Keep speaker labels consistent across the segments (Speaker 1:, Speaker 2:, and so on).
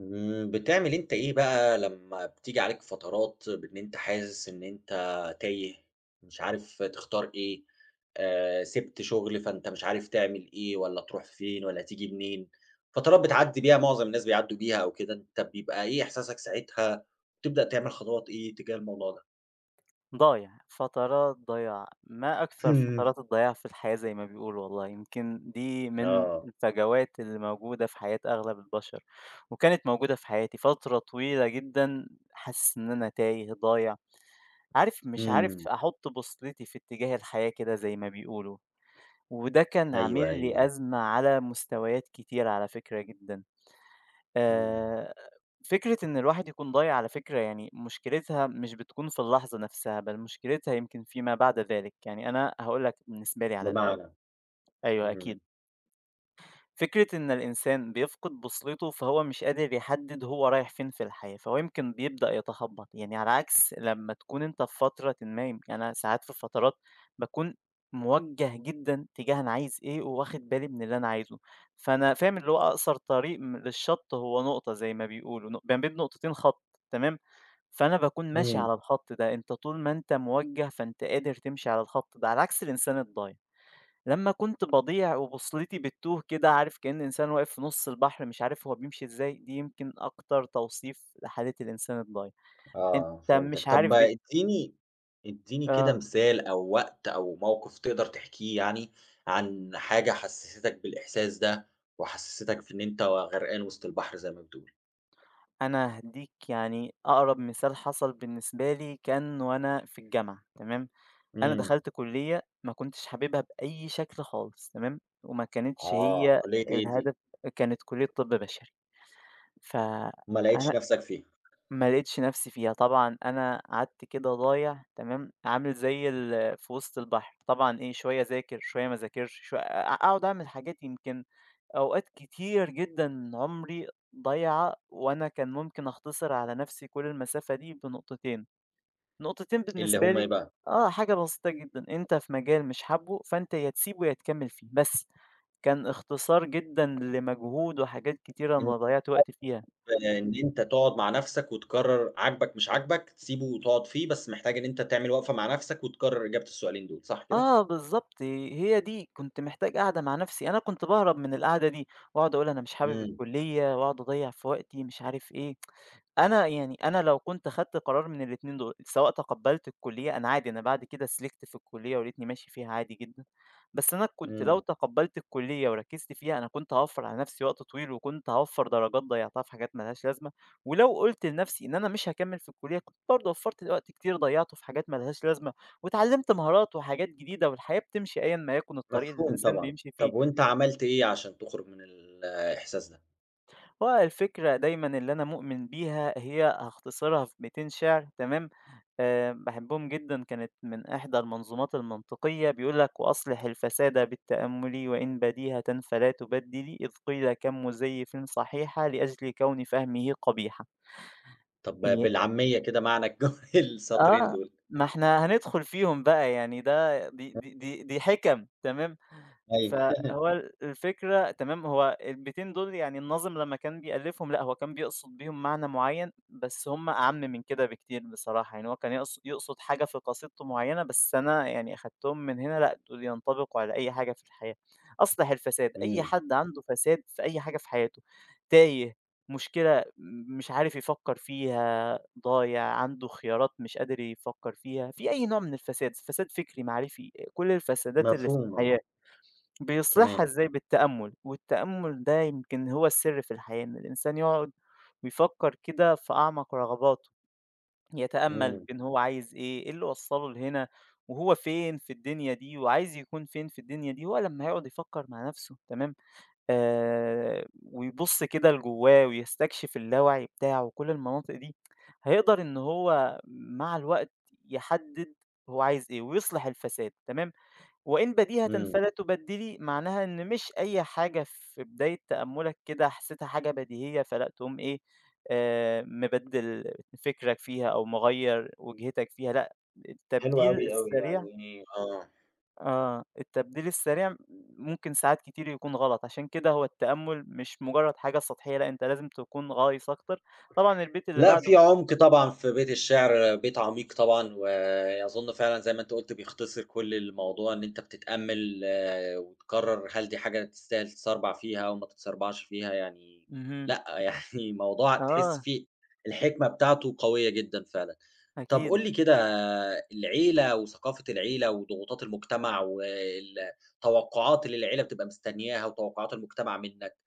Speaker 1: بتعمل أنت إيه بقى لمّا بتيجي عليك فترات بإن أنت حاسس إن أنت تايه، مش عارف تختار إيه، سِبت شغل فأنت مش عارف تعمل إيه والّا تروح فين والّا تيجي منين، فترات بتعدّي بيها معظم الناس بيعدّوا بيها أو كده، أنت بيبقى إيه إحساسك ساعتها، وبتبدأ تعمل خطوات إيه تجاه الموضوع ده؟
Speaker 2: ضايع، فترات ضياع، ما أكثر فترات الضياع في الحياة زي ما بيقولوا والله، يمكن دي من
Speaker 1: آه،
Speaker 2: الفجوات اللي موجودة في حياة أغلب البشر، وكانت موجودة في حياتي فترة طويلة جدًا. حاسس إن أنا تايه، ضايع، عارف مش عارف
Speaker 1: إمم،
Speaker 2: أحُط بصيلتي في اتجاه الحياة كده زي ما بيقولوا، وده كان
Speaker 1: أيوه،
Speaker 2: عامل
Speaker 1: أيوه،
Speaker 2: لي أزمة على مستويات كتيرة على فكرة جدًا.
Speaker 1: إمم،
Speaker 2: آآ، فكرة إن الواحد يكون ضايع على فكرة يعني مشكلتها مش بتكون في اللحظة نفسها، بل مشكلتها يمكن فيما بعد ذلك، يعني أنا هاقول لك بالنسبة لي على الأقل.
Speaker 1: بمعنى،
Speaker 2: أيوه
Speaker 1: إمم،
Speaker 2: أكيد. فكرة إن الإنسان بيفقد بصيرته فهو مش قادر يحدد هو رايح فين في الحياة فهو يمكن بيبدأ يتخبط يعني على عكس لما تكون أنت في فترة ما يعني أنا ساعات في فترات بكون موجه جدا تجاه أنا عايز إيه وواخد بالي من اللي أنا عايزه، فأنا فاهم اللي هو أقصر طريق للشط هو نقطة زي ما بيقولوا بين نقطتين خط، تمام، فأنا بكون ماشي
Speaker 1: إمم.
Speaker 2: على الخط ده. أنت طول ما أنت موجه فأنت قادر تمشي على الخط ده على عكس الإنسان الضايع. لمّا كنت باضيع وبوصلتي بتتوه كده، عارف كأن إنسان واقف في نُص البحر مش عارف هو بيمشي إزاي، دي يمكن أكتر توصيف لحالة الإنسان الضايع. أنت
Speaker 1: آه، فهمتك.
Speaker 2: مش
Speaker 1: طب
Speaker 2: عارف ب
Speaker 1: ادّيني كده
Speaker 2: آه.
Speaker 1: مثال أو وقت أو موقف تقدر تحكيه، يعني عن حاجة حسّستك بالإحساس ده، وحسّستك في إن أنت غرقان وسط البحر زي ما بتقول.
Speaker 2: أنا هادّيك يعني أقرب مثال حصل بالنسبة لي كان وأنا في الجامعة، تمام، أنا
Speaker 1: إمم،
Speaker 2: دخلت كُلّية ما كنتش حاببها بأي شكل خالص تمام، وما كانتش
Speaker 1: آه،
Speaker 2: هي
Speaker 1: كلية إيه دي؟
Speaker 2: الهدف، كانت كُلّية طِب بشري.
Speaker 1: وما لقيتش
Speaker 2: فأنا
Speaker 1: نَفْسك فيها.
Speaker 2: ما لقيتش نفسي فيها، طبعًا أنا قعدت كده ضايع تمام، عامل زي ال في وسط البحر، طبعًا إيه شوية أذاكر، شوية ما أذاكرش، شوية أقعد أعمل حاجات. يمكن أوقات كتير جدًا من عمري ضايعة، وأنا كان ممكن أختصر على نفسي كل المسافة دي بنقطتين، نقطتين
Speaker 1: إيه اللي
Speaker 2: بالنسبة
Speaker 1: هم إيه
Speaker 2: لي،
Speaker 1: بقى؟
Speaker 2: آه، حاجة بسيطة جدًا، أنت في مجال مش حابه فأنت يا تسيبه يا تكمل فيه، بس كان اختصار جدًا لمجهود وحاجات كتيرة
Speaker 1: إن
Speaker 2: أنا ضيعت وقتي فيها.
Speaker 1: إن أنت تقعد مع نَفْسك وتقرّر عاجبك مش عاجبك، تسيبه وتقعد فيه، بس محتاج إن أنت تعمل وقفة مع نَفْسك وتقرّر إجابة السؤالين دول، صح كده؟
Speaker 2: آه بالضبط، هي دي، كنت محتاج قعدة مع نفسي، أنا كنت باهرب من القعدة دي، واقعد أقول أنا مش حابب
Speaker 1: إمم،
Speaker 2: الكلية، واقعد أضيّع في وقتي مش عارف إيه، أنا يعني أنا لو كنت خدت قرار من الاتنين دول، سواء تقبلت الكلية أنا عادي أنا بعد كده سلكت في الكلية ولقيتني ماشي فيها عادي جدًا، بس أنا كنت لو
Speaker 1: إمم.
Speaker 2: تقبلت الكلية وركزت فيها أنا كنت هاوفّر على نفسي وقت طويل، وكنت هاوفّر درجات ضيّعتها في حاجات ما لهاش لازمة، ولو قُلت لنفسي إن أنا مش هاكمل في الكلية كنت برضه وفّرت وقت كتير ضيّعته في حاجات ما لهاش لازمة، واتعلمت مهارات وحاجات جديدة والحياة بتمشي أيًا ما يكن الطريق اللي
Speaker 1: مفهوم
Speaker 2: الإنسان
Speaker 1: طبعًا.
Speaker 2: بيمشي فيه.
Speaker 1: طب وأنت عملت إيه عشان تخرج من الإحساس ده؟
Speaker 2: هو الفكرة دايمًا اللي أنا مؤمن بيها هي هاختصرها في 200 شعر، تمام، باحبهم جدًا كانت من إحدى المنظومات المنطقية بيقول لك: "وأصلح الفساد بالتأمل وإن بديهةً فلا تبدلي إذ قيل كم مزيف صحيحة لأجل كون فهمه قبيحة."
Speaker 1: طب
Speaker 2: ي
Speaker 1: بالعامية كده معنى الج السطرين
Speaker 2: آه،
Speaker 1: دول.
Speaker 2: ما إحنا هندخل فيهم بقى يعني ده دي حِكَم تمام.
Speaker 1: أيوه.
Speaker 2: فهو ال الفكرة تمام، هو البيتين دول يعني الناظم لمّا كان بيألّفهم، لأ هو كان بيقصد بيهم معنى معيّن، بس هُم أعَم من كده بكتير بصراحة، يعني هو كان يقصد حاجة في قصيدته معيّنة، بس أنا يعني أخدتهم من هنا لأ، دول ينطبقوا على أي حاجة في الحياة. أصلح الفساد، أي
Speaker 1: إمم،
Speaker 2: حد عنده فساد في أي حاجة في حياته، تايه، مشكلة مش عارف يفكّر فيها، ضايع، عنده خيارات مش قادر يفكّر فيها، في أي نوع من الفساد، فساد فكري، معرفي، كل الفسادات اللي في
Speaker 1: مفهوم
Speaker 2: الحياة.
Speaker 1: آه،
Speaker 2: بيصلحها
Speaker 1: تمام.
Speaker 2: إزاي؟ بالتأمُّل، والتأمُّل ده يمكن هو السر في الحياة، إن الإنسان يقعد ويفكّر كده في أعمق رغباته، يتأمَّل
Speaker 1: إمم،
Speaker 2: إن هو عايز إيه، إيه اللي وصّله لهنا، وهو فين في الدنيا دي، وعايز يكون فين في الدنيا دي، هو لمّا يقعد يفكّر مع نَفْسه تمام، ويبُص كده لجوّاه ويستكشف اللاوعي بتاعه وكل المناطق دي، هيقدر إن هو مع الوقت يحدّد هو عايز إيه ويصلح الفساد، تمام؟ وإن بديهة
Speaker 1: إمم.
Speaker 2: فلا تبدلي معناها إن مش أي حاجة في بداية تأملك كده حسيتها حاجة بديهية فلا تقوم إيه، آه، مبدل فكرك فيها أو مغير وجهتك فيها لأ.
Speaker 1: حلو
Speaker 2: التبديل
Speaker 1: أوي، أوي،
Speaker 2: السريع
Speaker 1: يعني آه.
Speaker 2: التبديل السريع ممكن ساعات كتير يكون غلط، عشان كده هو التأمل مش مجرد حاجة سطحية، لأ أنت لازم تكون غايص أكتر. طبعا البيت اللي
Speaker 1: لأ،
Speaker 2: بعده
Speaker 1: في عُمق طبعًا في بيت الشعر، بيت عميق طبعًا، وأظُن فعلًا زي ما أنت قُلت بيختصر كل الموضوع إن أنت بتتأمّل آه، وتقرّر هل دي حاجة تستاهل تتسربع فيها أو ما تتسربعش فيها، يعني
Speaker 2: مهم.
Speaker 1: لأ، يعني موضوع تحس
Speaker 2: آه
Speaker 1: فيه الحكمة بتاعته قوية جدًا فعلًا. طَب
Speaker 2: أكيد.
Speaker 1: قُل لي كده آه، العيلة وثقافة العيلة وضغوطات المجتمع وال التوقُّعات اللي العيلة بتبقى مستنياها وتوقُّعات المجتمع منّك.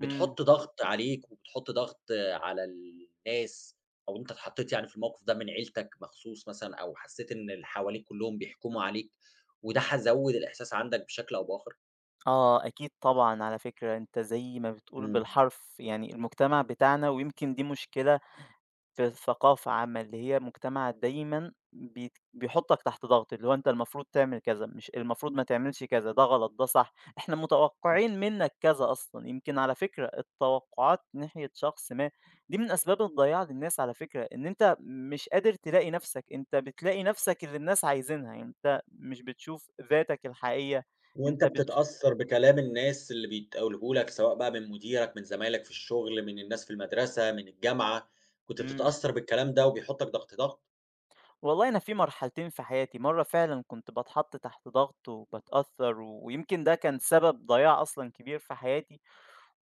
Speaker 2: مم.
Speaker 1: بتحُط ضغط عليك وبتحُط ضغط على الناس، أو أنت اتحطّيت يعني في الموقف ده من عيلتك مخصوص مثلًا، أو حسّيت إن اللي حواليك كُلّهم بيحكموا عليك وده ح زوّد الإحساس عندك بشكل أو بآخر؟
Speaker 2: آه، أكيد طبعًا، على فكرة أنت زي ما بتقول
Speaker 1: إمم،
Speaker 2: بالحرف، يعني المجتمع بتاعنا ويمكن دي مشكلة في الثقافة عامةً، اللي هي مجتمع دايمًا بيت بيحطك تحت ضغط، اللي هو أنت المفروض تعمل كذا، مش المفروض ما تعملش كذا، ده غلط، ده صح، إحنا
Speaker 1: إمم.
Speaker 2: متوقعين منك كذا أصلًا. يمكن على فكرة التوقعات ناحية شخص ما دي من أسباب الضياع للناس على فكرة، إن أنت مش قادر تلاقي نفسك، أنت بتلاقي نفسك اللي الناس عايزينها، يعني أنت مش بتشوف ذاتك الحقيقية،
Speaker 1: وأنت
Speaker 2: أنت بتش
Speaker 1: بتتأثّر بكلام الناس اللي بيتقاله لك سواء بقى من مديرك، من زمايلك في الشغل، من الناس في المدرسة، من الجامعة، كنت
Speaker 2: إمم.
Speaker 1: بتتأثّر بالكلام ده وبيحُطّك ضغط؟
Speaker 2: والله أنا في مرحلتين في حياتي، مرّة فعلًا كنت باتحط تحت ضغط وباتأثّر، ويمكن ده كان سبب ضياع أصلًا كبير في حياتي،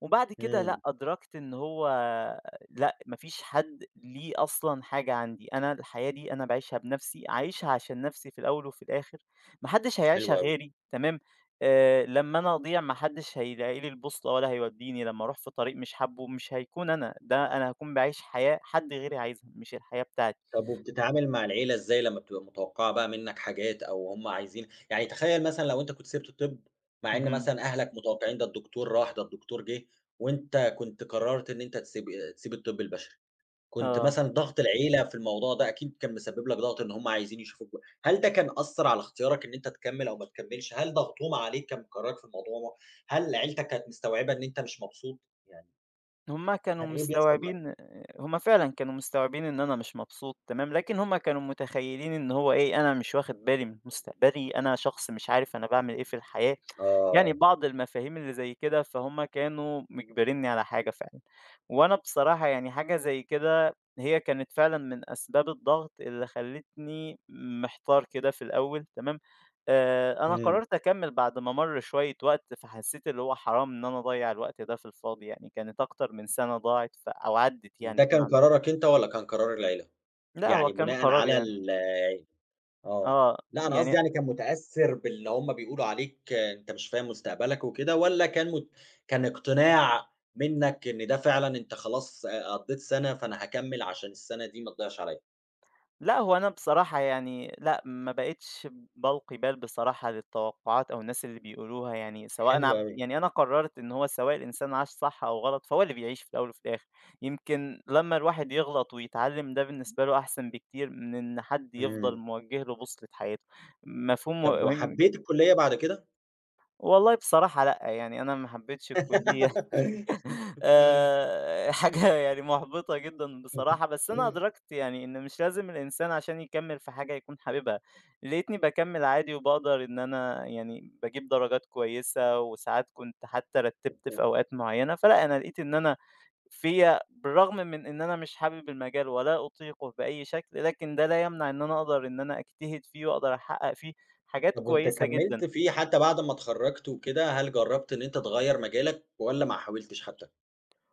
Speaker 2: وبعد كده لأ،
Speaker 1: إمم،
Speaker 2: أدركت إن هو لأ، ما فيش حد ليه أصلًا حاجة عندي، أنا الحياة دي أنا باعيشها بنَفْسي، عايشها عشان نَفْسي في الأول وفي الآخر، ما حدش
Speaker 1: حلو
Speaker 2: هيعيشها
Speaker 1: أوي.
Speaker 2: غيري تمام، لمّا أنا أضيع ما حدش هيلاقي لي البوصلة ولا هيودّيني، لمّا أروح في طريق مش حابّه مش هيكون أنا، ده أنا هاكون باعيش حياة حد غيري عايزها، مش الحياة بتاعتي.
Speaker 1: طب وبتتعامل مع العيلة إزاي لمّا بتبقى متوقعة بقى منّك حاجات أو هُم عايزين، يعني تخيّل مثلًا لو أنت كنت سِبت طِب، مع إن
Speaker 2: اهم،
Speaker 1: مثلًا أهلك متوقعين ده الدكتور راح، ده الدكتور جه، وأنت كنت قررت إن أنت تسيب الطِب البشري، كنت
Speaker 2: آه.
Speaker 1: مثلًا ضغط العيلة في الموضوع ده أكيد كان مسبب لك ضغط إن هُم عايزين يشوفوك ب هل ده كان أثّر على اختيارك إن أنت تكمّل أو ما تكمّلش؟ هل ضغطهم عليك كان مقررك في الموضوع؟ هل عيلتك كانت مستوعبة إن أنت مش مبسوط؟ يعني
Speaker 2: هُم كانوا
Speaker 1: كان إيه بيحصل معاك؟
Speaker 2: مستوعبين، هُم فعلًا كانوا مستوعبين إن أنا مش مبسوط تمام، لكن هُم كانوا متخيلين إن هو إيه، أنا مش واخد بالي من مستقبلي، أنا شخص مش عارف أنا باعمل إيه في الحياة. يعني
Speaker 1: آه،
Speaker 2: بعض المفاهيم اللي زي كده، فهُم كانوا مِجبرينّي على حاجة فعلًا، وأنا بصراحة يعني حاجة زي كده هي كانت فعلًا من أسباب الضغط اللي خلّتني محتار كده في الأول تمام، أنا
Speaker 1: إمم،
Speaker 2: قررت أكمّل بعد ما مَر شوية وقت، فحسّيت اللي هو حرام إن أنا أضيّع الوقت ده في الفاضي يعني، كانت أكتر من سَنة ضاعت أو عدِّت يعني
Speaker 1: ده كان
Speaker 2: بمعنى
Speaker 1: قرارك أنت والّا كان قرار العيلة؟
Speaker 2: لأ، هو
Speaker 1: يعني
Speaker 2: كان
Speaker 1: بناءً
Speaker 2: قرار
Speaker 1: على
Speaker 2: يعني
Speaker 1: ال آه،
Speaker 2: آه،
Speaker 1: لأ أنا قصدي
Speaker 2: يعني
Speaker 1: يعني كان متأثّر باللي هُم بيقولوا عليك أنت مش فاهم مستقبلك وكده، والّا كان مت كان اقتناع منّك إن ده فعلًا أنت خلاص قضّيت سَنة فأنا هاكمّل عشان السَنة دي ما تضيعش عليَّ؟
Speaker 2: لأ، هو أنا بصراحة يعني لأ، ما بقيتش بالقي بال بصراحة للتوقعات أو الناس اللي بيقولوها يعني، سواء
Speaker 1: حلو
Speaker 2: أنا
Speaker 1: أوي،
Speaker 2: يعني أنا قررت إن هو سواء الإنسان عاش صح أو غلط فهو اللي بيعيش في الأول وفي الآخر، يمكن لمّا الواحد يغلط ويتعلم ده بالنسبة له أحسن بكتير من إن حد يفضل
Speaker 1: إمم،
Speaker 2: موجه له بوصلة حياته، مفهوم
Speaker 1: طب
Speaker 2: مهم.
Speaker 1: وحبّيت الكلية بعد كده؟
Speaker 2: والله بصراحة لأ، يعني أنا ما حبيتش الكلية. حاجة يعني مُحبطة جدًا بصراحة، بس أنا أدركت يعني إن مش لازم الإنسان عشان يكمّل في حاجة يكون حاببها، لقيتني باكمّل عادي وباقدر إن أنا يعني باجيب درجات كويسة، وساعات كنت حتى رتّبت في أوقات معيّنة، فلأ أنا لقيت إن أنا فيّا بالرغم من إن أنا مش حابب المجال ولا أطيقه بأي شكل، لكن ده لا يمنع إن أنا أقدر إن أنا أجتهد فيه وأقدر أحقق فيه حاجات
Speaker 1: طب وأنت
Speaker 2: كويسة جدًا.
Speaker 1: كمّلت فيه حتى بعد ما اتخرّجت وكده، هل جرّبت إن أنت تغيّر مجالك والّا ما حاولتش حتى؟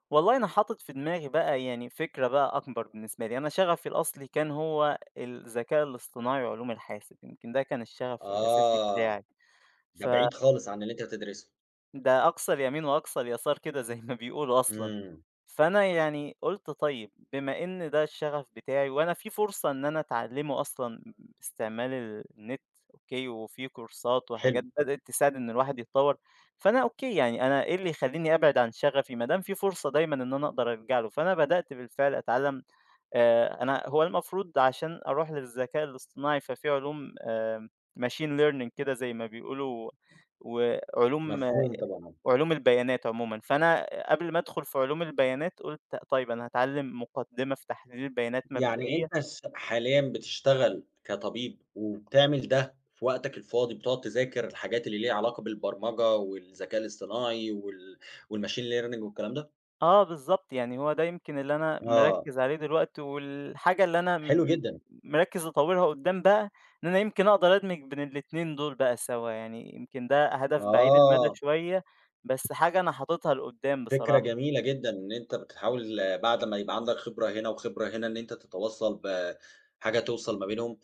Speaker 2: والله أنا حاطط في دماغي بقى يعني فكرة بقى أكبر بالنسبة لي، أنا شغفي الأصلي كان هو الذكاء الاصطناعي وعلوم الحاسب، يمكن ده كان الشغف الأساسي
Speaker 1: آه،
Speaker 2: بتاعي،
Speaker 1: ده
Speaker 2: فده
Speaker 1: بعيد خالص عن اللي أنت بتدرسه.
Speaker 2: أقصى اليمين وأقصى اليسار كده زي ما بيقولوا أصلًا.
Speaker 1: إمم،
Speaker 2: فأنا يعني قُلت طيب بما إن ده الشغف بتاعي وأنا في فرصة إن أنا أتعلّمه أصلًا باستعمال النت، أوكي، وفي كورسات وحاجات
Speaker 1: حلو،
Speaker 2: بدأت تساعد إن الواحد يتطوّر، فأنا أوكي يعني أنا إيه اللي يخلّيني أبعد عن شغفي ما دام في فرصة دايمًا إن أنا أقدر أرجع له، فأنا بدأت بالفعل أتعلّم. أنا هو المفروض عشان أروح للذكاء الاصطناعي ففي علوم machine learning كده زي ما بيقولوا وعلوم
Speaker 1: مفهوم طبعًا.
Speaker 2: وعلوم البيانات عمومًا، فأنا قبل ما أدخل في علوم البيانات قُلت طيب أنا هاتعلّم مقدّمة في تحليل البيانات
Speaker 1: يعني
Speaker 2: مبدئية.
Speaker 1: أنت س حاليًا بتشتغل كطبيب وبتعمل ده في وقتك الفاضي، بتقعد تذاكر الحاجات اللي ليها علاقة بالبرمجة والذكاء الاصطناعي وال والmachine learning والكلام ده؟
Speaker 2: آه بالضبط، يعني هو ده يمكن اللي أنا
Speaker 1: آه،
Speaker 2: مركّز عليه دلوقتي والحاجة اللي أنا
Speaker 1: حلو
Speaker 2: م
Speaker 1: جدًا.
Speaker 2: مركّز أطوّرها قدّام بقى، إن أنا يمكن أقدر أدمج بين الاتنين دول بقى سوا، يعني يمكن ده هدف بعيد المدى
Speaker 1: آه،
Speaker 2: شوية، بس حاجة أنا حاططها لقدّام
Speaker 1: فكرة
Speaker 2: بصراحة.
Speaker 1: جميلة جدًا إن أنت بتحاول آه، بعد ما يبقى عندك خبرة هنا وخبرة هنا إن أنت تتواصل بحاجة توصل ما بينهم،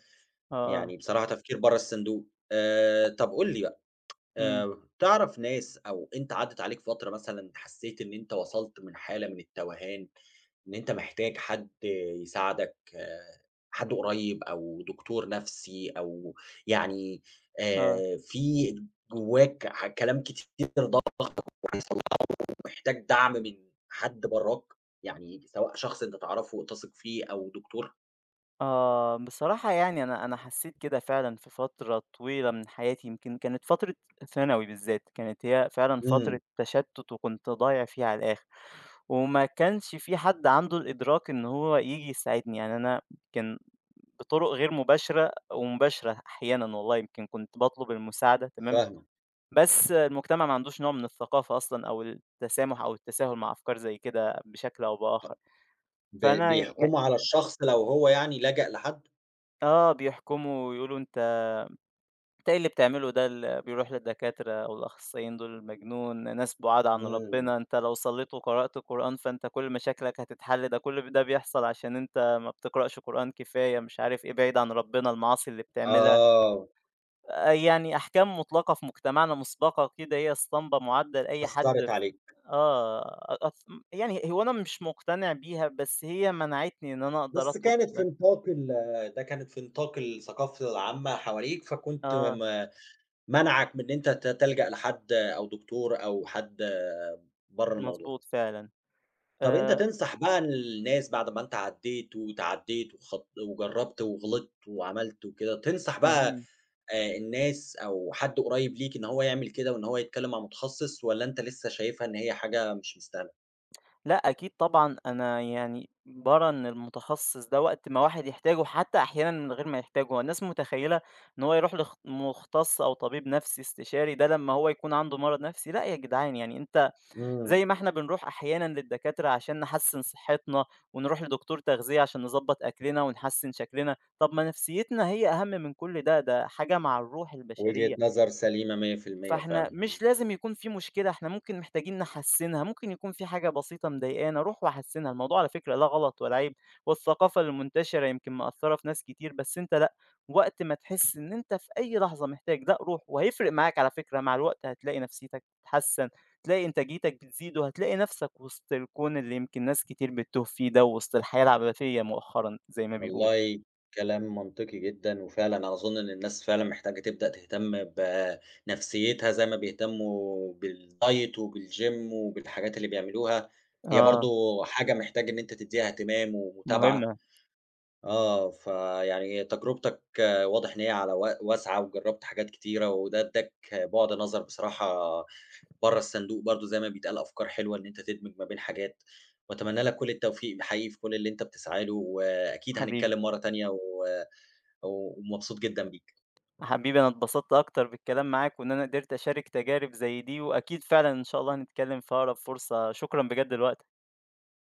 Speaker 2: آه، آه،
Speaker 1: يعني بصراحة تفكير برّه الصندوق. طب قُل لي
Speaker 2: إمم،
Speaker 1: تعرف ناس أو أنت عدِّت عليك فترة مثلًا حسّيت إن أنت وصلت من حالة من التوهان، إن أنت محتاج حد يساعدك، آه، حد قريّب أو دكتور نفسي أو يعني
Speaker 2: آه.
Speaker 1: في جواك ح كلام كتير ضاق وحصل لك ومحتاج دعم من حد برّاك؟ يعني سواء شخص أنت تعرفه وتثق فيه أو دكتور؟
Speaker 2: آه، بصراحة يعني أنا حسيت كده فعلًا في فترة طويلة من حياتي، يمكن كانت فترة ثانوي بالذات، كانت هي فعلًا فترة
Speaker 1: إمم،
Speaker 2: تشتُّت وكنت ضايع فيها على الآخر، وما كانش في حد عنده الإدراك إن هو ييجي يساعدني، يعني أنا يمكن بطُرق غير مباشرة ومباشرة أحيانًا والله، يمكن كنت باطلب المساعدة تمام،
Speaker 1: فاهمك،
Speaker 2: بس المجتمع ما عندوش نوع من الثقافة أصلًا أو التسامح أو التساهل مع أفكار زي كده بشكل أو بآخر،
Speaker 1: ب
Speaker 2: فأنا ي
Speaker 1: بيحكموا على الشخص لو هو يعني لجأ لحد؟
Speaker 2: آه، بيحكموا ويقولوا أنت إيه اللي بتعمله ده اللي بيروح للدكاترة أو الأخصائيين دول مجنون، ناس بُعاد عن
Speaker 1: إمم،
Speaker 2: ربنا، أنت لو صليت وقرأت قرآن فأنت كل مشاكلك هتتحل، ده كل ده بيحصل عشان أنت ما بتقرأش قرآن كفاية، مش عارف إيه، بعيد عن ربنا، المعاصي اللي بتعملها،
Speaker 1: آه.
Speaker 2: يعني أحكام مطلقة في مجتمعنا مسبقة كده هي اسطمبة معدة لأي حد.
Speaker 1: أثّرت عليك،
Speaker 2: آه، أ أص يعني هو أنا مش مقتنع بيها، بس هي منعتني إن أنا أقدر
Speaker 1: بس
Speaker 2: أطلب.
Speaker 1: كانت في نطاق ال ده كانت في نطاق الثقافة العامة حواليك، فكنت
Speaker 2: آه،
Speaker 1: م مانعك من إن أنت ت تلجأ لحد أو دكتور أو حد برّه الموضوع.
Speaker 2: مضبوط فعلًا،
Speaker 1: طَب أنت
Speaker 2: آآ
Speaker 1: تنصح بقى الناس بعد ما أنت عدّيت وتعدّيت وخط وجرّبت وغلطت وعملت وكده، تنصح بقى
Speaker 2: اهم.
Speaker 1: الناس أو حد قريّب ليك إن هو يعمل كده وإن هو يتكلّم مع متخصص والّا أنت لسه شايفها إن هي حاجة مش مستاهلة؟
Speaker 2: لأ أكيد طبعًا، أنا يعني بارى إن المتخصص ده وقت ما واحد يحتاجه حتى أحيانًا من غير ما يحتاجه، هو الناس متخيّلة إن هو يروح مختص أو طبيب نفسي استشاري ده لمّا هو يكون عنده مرض نفسي، لأ يا جدعان يعني أنت
Speaker 1: إمم،
Speaker 2: زي ما إحنا بنروح أحيانًا للدكاترة عشان نحسّن صحتنا، ونروح لدكتور تغذية عشان نضبّط أكلنا ونحسّن شكلنا، طب ما نفسيتنا هي أهم من كل ده، ده حاجة مع الروح
Speaker 1: وجهة
Speaker 2: البشرية.
Speaker 1: نظر سليمة 100%
Speaker 2: فإحنا
Speaker 1: فعلًا، إمم.
Speaker 2: مش لازم يكون في مشكلة، إحنا ممكن محتاجين نحسّنها، ممكن يكون في حاجة بسيطة مضايقانا، أروح وأحسّنها، الموضوع على فكرة لا غلط ولا عيب، والثقافة المنتشرة يمكن مأثّرة في ناس كتير، بس أنت لأ، وقت ما تحس إن أنت في أي لحظة محتاج ده روح، وهيفرق معاك على فكرة مع الوقت هتلاقي نفسيتك بتتحسّن، تلاقي إنتاجيتك بتزيد، وهتلاقي نفسك وسط الكون اللي يمكن ناس كتير بتتوه فيه ده، ووسط الحياة العبثية مؤخرًا زي ما بيقولوا.
Speaker 1: والله كلام منطقي جدًا، وفعلًا أنا أظن إن الناس فعلًا محتاجة تبدأ تهتم بنفسيتها زي ما بيهتموا بالdiet وبالgym وبالحاجات اللي بيعملوها، هي
Speaker 2: آه،
Speaker 1: برضه حاجة محتاج إن أنت تدّيها اهتمام ومتابعة،
Speaker 2: مهمة،
Speaker 1: آه، فيعني تجربتك آه، واضح إن هي على واسعة وجرّبت حاجات كتيرة، وده ادّاك بُعد نظر بصراحة برّه الصندوق برضه زي ما بيتقال أفكار حلوة إن أنت تدمج ما بين حاجات، وأتمنى لك كل التوفيق حقيقي في كل اللي أنت بتسعى له، وأكيد
Speaker 2: حبيبي.
Speaker 1: هنتكلم مرّة تانية و ومبسوط جدًا بيك.
Speaker 2: حبيبي أنا اتبسطت أكتر بالكلام معاك، وإن أنا قدرت أشارك تجارب زي دي، وأكيد فعلًا إن شاء الله هنتكلم في أقرب فرصة، شكرًا بجد لوقتك.